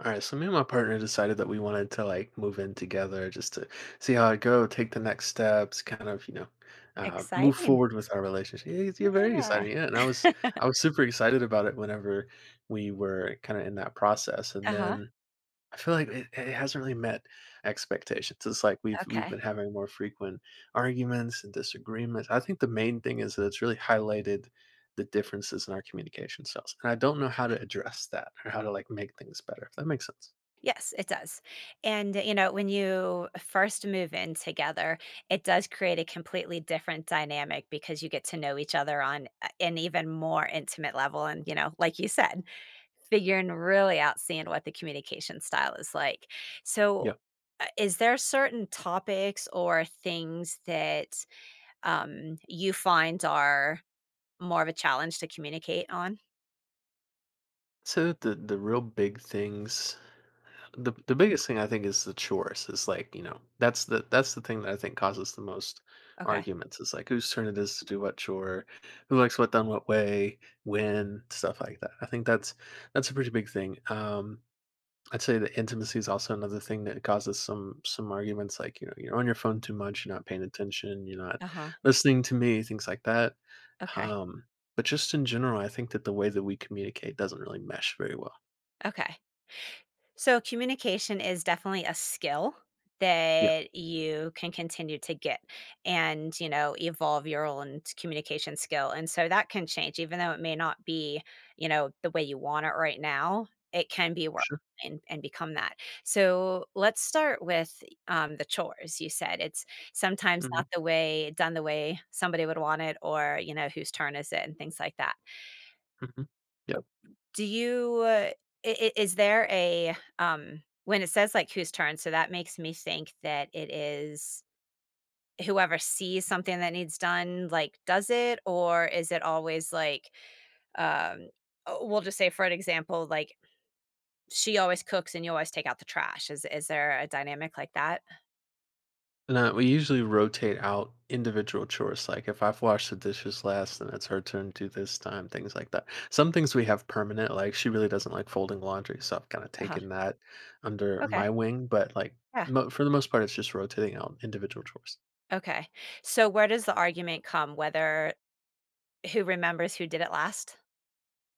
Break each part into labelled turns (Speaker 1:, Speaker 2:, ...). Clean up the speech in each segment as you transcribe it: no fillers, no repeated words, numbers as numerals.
Speaker 1: All right, so me and my partner decided that we wanted to like move in together just to see how it go, take the next steps, kind of move
Speaker 2: Exciting.
Speaker 1: forward with our relationship. Yeah, it's- yeah, very
Speaker 2: Yeah.
Speaker 1: exciting, yeah. And I was I was super excited about it whenever we were kind of in that process, and
Speaker 2: Uh-huh.
Speaker 1: then I feel like it hasn't really met expectations. It's like we've been
Speaker 2: Okay.
Speaker 1: having more frequent arguments and disagreements. I think the main thing is that it's really highlighted the differences in our communication styles, and I don't know how to address that or how to like make things better. If that makes sense.
Speaker 2: Yes, it does. And, you know, when you first move in together, it does create a completely different dynamic because you get to know each other on an even more intimate level. And, you know, like you said, figuring really out seeing what the communication style is like. So,
Speaker 1: Yeah.
Speaker 2: is there certain topics or things that you find are more of a challenge to communicate on?
Speaker 1: So the real big things, the biggest thing I think is the chores. Is like that's the thing that I think causes the most
Speaker 2: Okay.
Speaker 1: arguments. Is like whose turn it is to do what chore, who likes what done what way, when stuff like that. I think that's a pretty big thing. I'd say that intimacy is also another thing that causes some arguments. Like you're on your phone too much, you're not paying attention, you're not
Speaker 2: Uh huh.
Speaker 1: listening to me, things like that.
Speaker 2: Okay.
Speaker 1: Um, but just in general, I think that the way that we communicate doesn't really mesh very well.
Speaker 2: Okay. So communication is definitely a skill
Speaker 1: Yeah,
Speaker 2: that you can continue to get and, you know, evolve your own communication skill. And so that can change, even though it may not be, you know, the way you want it right now, it can be
Speaker 1: for
Speaker 2: work
Speaker 1: sure.
Speaker 2: and become that. So let's start with the chores. You said it's sometimes
Speaker 1: Hmm.
Speaker 2: not the way done the way somebody would want it or, you know, whose turn is it and things like that.
Speaker 1: Hmm. Yep.
Speaker 2: Do you, uh, I is there when it says, like, whose turn, so that makes me think that it is whoever sees something that needs done, like, does it, or is it always, like, um oh, we'll just say for an example, like, she always cooks and you always take out the trash. Is there a dynamic like that?
Speaker 1: No, we usually rotate out individual chores. Like if I've washed the dishes last, then it's her turn to do this time, things like that. Some things we have permanent, like she really doesn't like folding laundry, so I've kind of
Speaker 2: Uh-huh.
Speaker 1: taken that under
Speaker 2: Okay.
Speaker 1: my wing. But like
Speaker 2: Yeah.
Speaker 1: for the most part, it's just rotating out individual chores.
Speaker 2: Okay. So where does the argument come, whether who remembers who did it last?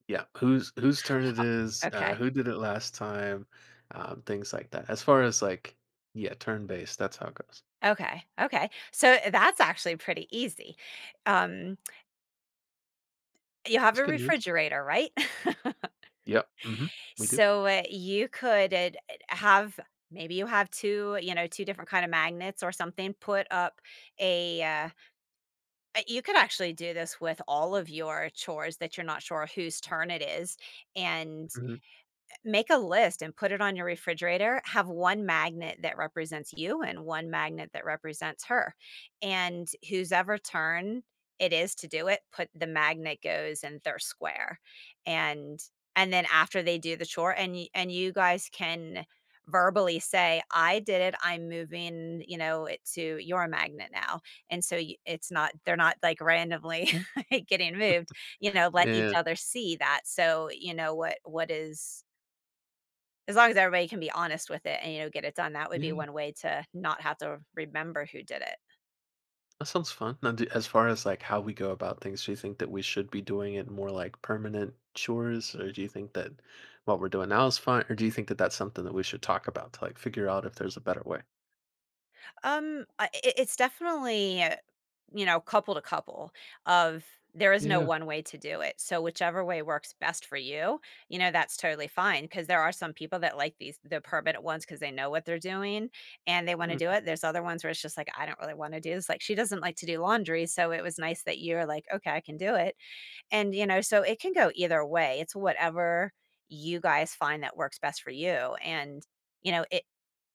Speaker 1: Yeah, whose turn it is,
Speaker 2: Okay.
Speaker 1: who did it last time, things like that. As far as like yeah, turn based, that's how it goes.
Speaker 2: Okay, okay. So that's actually pretty easy. Um, you have
Speaker 1: That's
Speaker 2: a
Speaker 1: good news.
Speaker 2: refrigerator, right?
Speaker 1: Yep. Hmm. We do.
Speaker 2: So you could have maybe you have two, you know, two different kind of magnets or something. Put up a. You could actually do this with all of your chores that you're not sure whose turn it is, and
Speaker 1: Hmm.
Speaker 2: make a list and put it on your refrigerator. Have one magnet that represents you and one magnet that represents her. And whose ever turn it is to do it, put the magnet goes in their square. And and then after they do the chore and and you guys can verbally say, "I did it, I'm moving, you know, it to your magnet now," and so it's not, they're not like randomly getting moved, you know, let each
Speaker 1: Yeah.
Speaker 2: other see that so you know what is. As long as everybody can be honest with it and, you know, get it done, that would be
Speaker 1: Yeah.
Speaker 2: one way to not have to remember who did it.
Speaker 1: That sounds fun. Now, do, as far as like how we go about things, do you think that we should be doing it more like permanent chores, or do you think that what we're doing now is fine, or do you think that that's something that we should talk about to like figure out if there's a better way?
Speaker 2: I it's definitely, you know, couple to couple of there is no
Speaker 1: Yeah.
Speaker 2: one way to do it. So whichever way works best for you, you know, that's totally fine. Because there are some people that like the permanent ones because they know what they're doing and they wanna do
Speaker 1: Mm.
Speaker 2: it. There's other ones where it's just like, "I don't really wanna do this." Like, she doesn't like to do laundry, so it was nice that you're like, "Okay, I can do it." And, you know, so it can go either way. It's whatever you guys find that works best for you. And, you know, it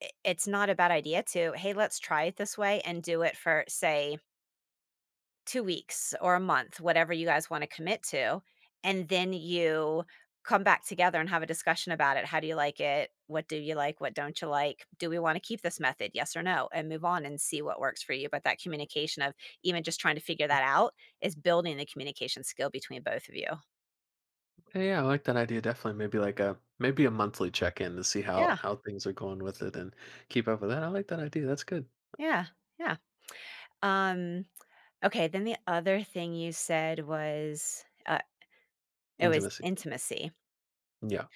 Speaker 2: it- it's not a bad idea to, hey, let's try it this way and do it for, say, 2 weeks or a month, whatever you guys want to commit to. And then you come back together and have a discussion about it. How do you like it? What do you like? What don't you like? Do we want to keep this method? Yes or no? And move on and see what works for you. But that communication of even just trying to figure that out is building the communication skill between both of you.
Speaker 1: Yeah, yeah, I like that idea. Definitely, maybe like a monthly check in to see how
Speaker 2: Yeah.
Speaker 1: things are going with it and keep up with that. I like that idea. That's good.
Speaker 2: Yeah, yeah. Um, okay, then the other thing you said was, it was
Speaker 1: Intimacy.
Speaker 2: intimacy,
Speaker 1: Yeah,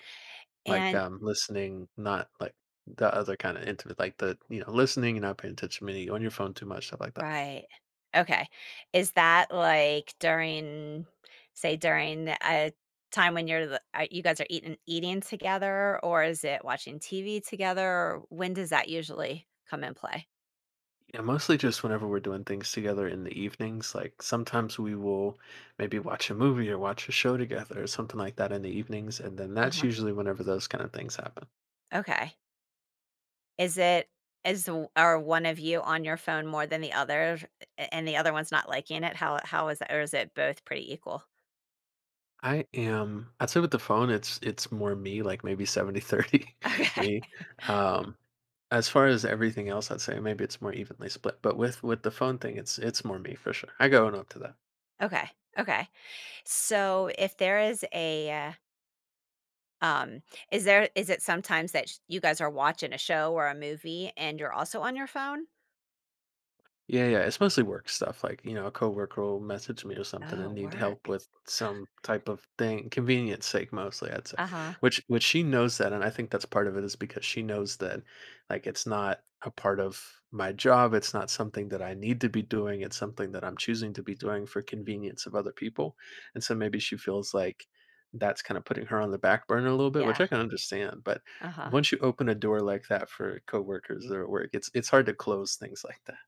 Speaker 1: like
Speaker 2: and
Speaker 1: listening, not like the other kind of intimate, like the listening and not paying attention, meaning on your phone too much, stuff like that.
Speaker 2: right. Okay. Is that, like, during say, during a time when you guys are eating together, or is it watching TV together, or when does that usually come in play?
Speaker 1: Yeah, mostly just whenever we're doing things together in the evenings. Like sometimes we will maybe watch a movie or watch a show together or something like that in the evenings, and then that's
Speaker 2: Uh-huh,
Speaker 1: usually whenever those kind of things happen.
Speaker 2: okay. Is it is w are one of you on your phone more than the other, a and the other one's not liking it? How is that, or is it both pretty equal?
Speaker 1: I'd say with the phone it's more me, like maybe 70-30,
Speaker 2: Okay.
Speaker 1: me. Um, as far as everything else, I'd say maybe it's more evenly split. But with the phone thing, it's more me for sure. I go and up to that.
Speaker 2: Okay. Okay. So if there is a um is it sometimes that you guys are watching a show or a movie and you're also on your phone?
Speaker 1: Yeah, yeah, it's mostly work stuff, like, you know, a coworker will message me or something
Speaker 2: Oh,
Speaker 1: and need
Speaker 2: work.
Speaker 1: help with some type of thing, convenience sake mostly, I'd say.
Speaker 2: Uh-huh.
Speaker 1: Which she knows that, and I think that's part of it is because she knows that like it's not a part of my job, it's not something that I need to be doing, it's something that I'm choosing to be doing for convenience of other people. And so maybe she feels like that's kind of putting her on the back burner a little bit, which
Speaker 2: Yeah.
Speaker 1: I can understand. But
Speaker 2: Uh-huh.
Speaker 1: once you open a door like that for coworkers that are at work, it's hard to close things like that.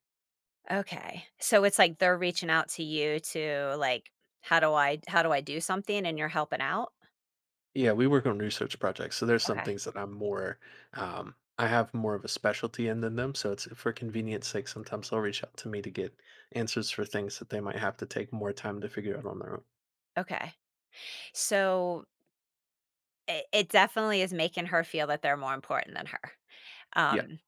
Speaker 2: Okay. So it's like they're reaching out to you to like how do I do something and you're helping out?
Speaker 1: Yeah, we work on research projects, so there's some
Speaker 2: Okay.
Speaker 1: things that I'm more, I have more of a specialty in than them. So it's for convenience sake, sometimes they'll reach out to me to get answers for things that they might have to take more time to figure out on their own.
Speaker 2: Okay. So it definitely is making her feel that they're more important than her.
Speaker 1: Yeah,
Speaker 2: Um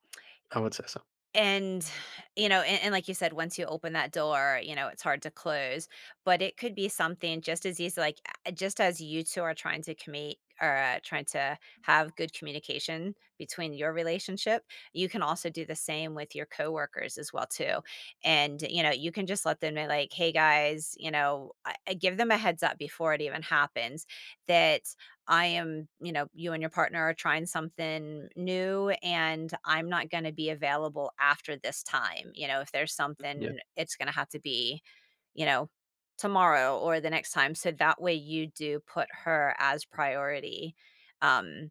Speaker 1: I would say so.
Speaker 2: And, you know, and like you said, once you open that door, you know, it's hard to close, but it could be something just as easy, like just as you two are trying to commit or trying to have good communication between your relationship, you can also do the same with your coworkers as well too. And, you know, you can just let them know like, hey guys, you know, I give them a heads up before it even happens that I am, you know, you and your partner are trying something new and I'm not going to be available after this time. You know, if there's
Speaker 1: Yeah.
Speaker 2: something, it's going to have to be, you know, tomorrow or the next time. So that way you do put her as priority, um,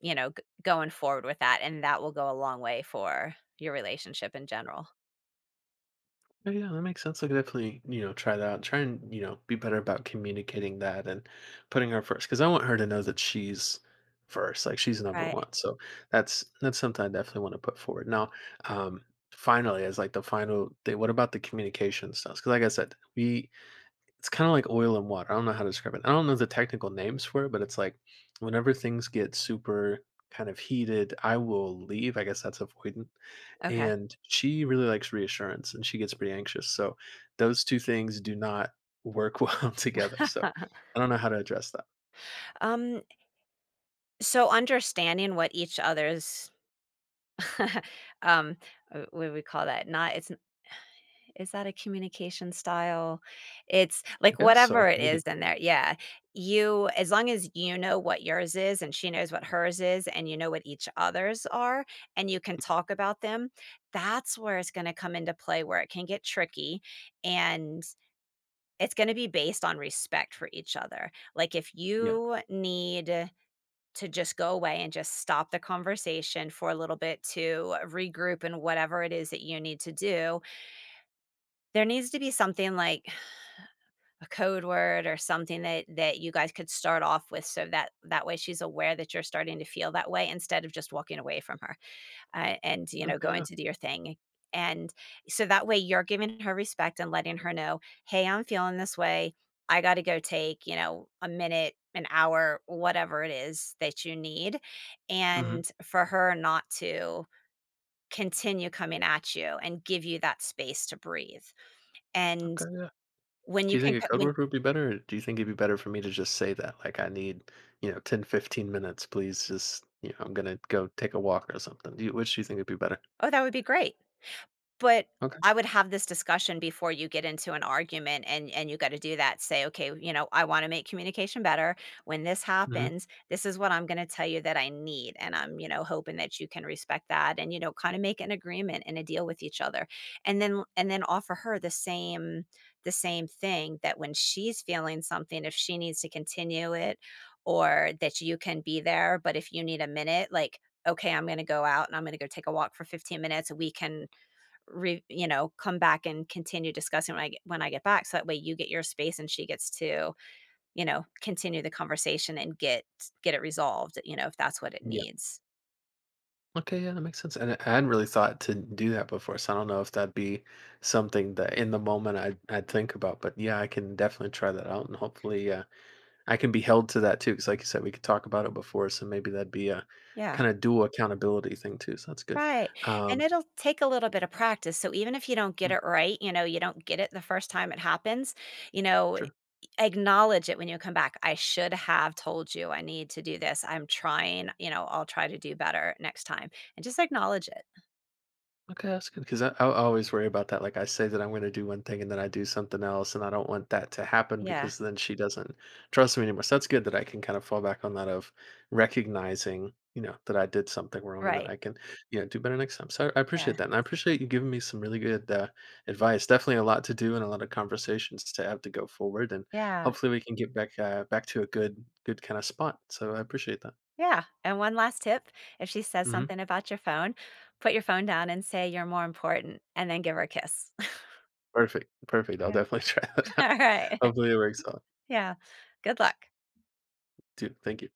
Speaker 2: you know, going forward with that. And that will go a long way for your relationship in general.
Speaker 1: Oh, yeah, that makes sense. I could definitely, you know, try that out. Try and, you know, be better about communicating that and putting her first. Cause I want her to know that she's first, like she's number
Speaker 2: Right.
Speaker 1: one. So that's something I definitely want to put forward. Now, um, finally, as like the final thing, what about the communication stuff? Cause like I said, we it's kinda like oil and water, I don't know how to describe it. I don't know the technical names for it, but it's like whenever things get super kind of heated, I will leave, I guess that's avoidant,
Speaker 2: Okay.
Speaker 1: and she really likes reassurance, and she gets pretty anxious, so those 2 things do not work well together, so I don't know how to address that.
Speaker 2: Um, so understanding what each other's... Um, what do we call that? Not it's n is that a communication style? It's
Speaker 1: I
Speaker 2: like
Speaker 1: guess so,
Speaker 2: whatever it is
Speaker 1: maybe.
Speaker 2: in there, yeah. You as long as you know what yours is and she knows what hers is and you know what each other's are and you can talk about them, that's where it's gonna come into play where it can get tricky, and it's gonna be based on respect for each other. Like, if
Speaker 1: Yeah.
Speaker 2: you need to just go away and just stop the conversation for a little bit to regroup and whatever it is that you need to do. There needs to be something like a code word or something that you guys could start off with so that way she's aware that you're starting to feel that way instead of just walking away from her, and, you know,
Speaker 1: Okay,
Speaker 2: going
Speaker 1: yeah.
Speaker 2: to do your thing, and so that way you're giving her respect and letting her know, "Hey, I'm feeling this way, I got to go take, you know, a minute, an hour, whatever it is that you need,"
Speaker 1: Mhm.
Speaker 2: and for her not to continue coming at you and give you that space to breathe.
Speaker 1: Okay,
Speaker 2: And
Speaker 1: yeah.
Speaker 2: when
Speaker 1: Do
Speaker 2: you
Speaker 1: you
Speaker 2: can
Speaker 1: think a
Speaker 2: co-
Speaker 1: code
Speaker 2: when
Speaker 1: word would be better, or do you think it'd be better for me to just say that? Like, I need, you know, 10-15 minutes, please. Just, you know, I'm gonna go take a walk or something. Do you, which do you think would be better?
Speaker 2: oh, that would be great. But
Speaker 1: Okay.
Speaker 2: I would have this discussion before you get into an argument, and you gotta do that. Say, "Okay, you know, I wanna make communication better. When this
Speaker 1: Hmm.
Speaker 2: happens, this is what I'm gonna tell you that I need, and I'm, you know, hoping that you can respect that," and, you know, kinda make an agreement and a deal with each other. And then offer her the same thing, that when she's feeling something, if she needs to continue it or that you can be there, but if you need a minute, like, "Okay, I'm gonna go out and I'm gonna go take a walk for 15 minutes, we can, re you know, come back and continue discussing when I get back," so that way you get your space and she gets to, you know, continue the conversation and get it resolved, you know, if that's what it
Speaker 1: Yeah.
Speaker 2: needs.
Speaker 1: Okay. Yeah, that makes sense. And I hadn't really thought to do that before, so I don't know if that'd be something that in the moment I'd think about. But yeah, I can definitely try that out, and hopefully, I can be held to that too. Because, like you said, we could talk about it before, so maybe that'd be a
Speaker 2: Yeah.
Speaker 1: kind of dual accountability thing too. So that's good.
Speaker 2: Right, and
Speaker 1: Um.
Speaker 2: it'll take a little bit of practice, so even if you don't get
Speaker 1: Mm.
Speaker 2: it right, you know, you don't get it the first time it happens, you know,
Speaker 1: Sure.
Speaker 2: acknowledge it when you come back, "I should have told you I need to do this, I'm trying, you know, I'll try to do better next time," and just acknowledge it.
Speaker 1: Okay, that's good because I always worry about that. Like I say that I'm going to do one thing and then I do something else, and I don't want that to happen
Speaker 2: Yeah,
Speaker 1: because then she doesn't trust me anymore. So that's good that I can kind of fall back on that of recognizing, you know, that I did something wrong and that
Speaker 2: right,
Speaker 1: I can, you know, do better next time. So I
Speaker 2: yeah,
Speaker 1: appreciate that, and I appreciate you giving me some really good advice. Definitely a lot to do and a lot of conversations to have to go forward, and
Speaker 2: yeah.
Speaker 1: hopefully we can get back back to a good kind of spot. So I appreciate that.
Speaker 2: Yeah, and one last tip, if she says
Speaker 1: Hmm.
Speaker 2: something about your phone, put your phone down and say, "You're more important," and then give her a kiss.
Speaker 1: Perfect, perfect. I'll
Speaker 2: Yeah.
Speaker 1: definitely try that out.
Speaker 2: Alright.
Speaker 1: Hopefully it works out.
Speaker 2: Yeah. Good luck.
Speaker 1: Dude, thank you.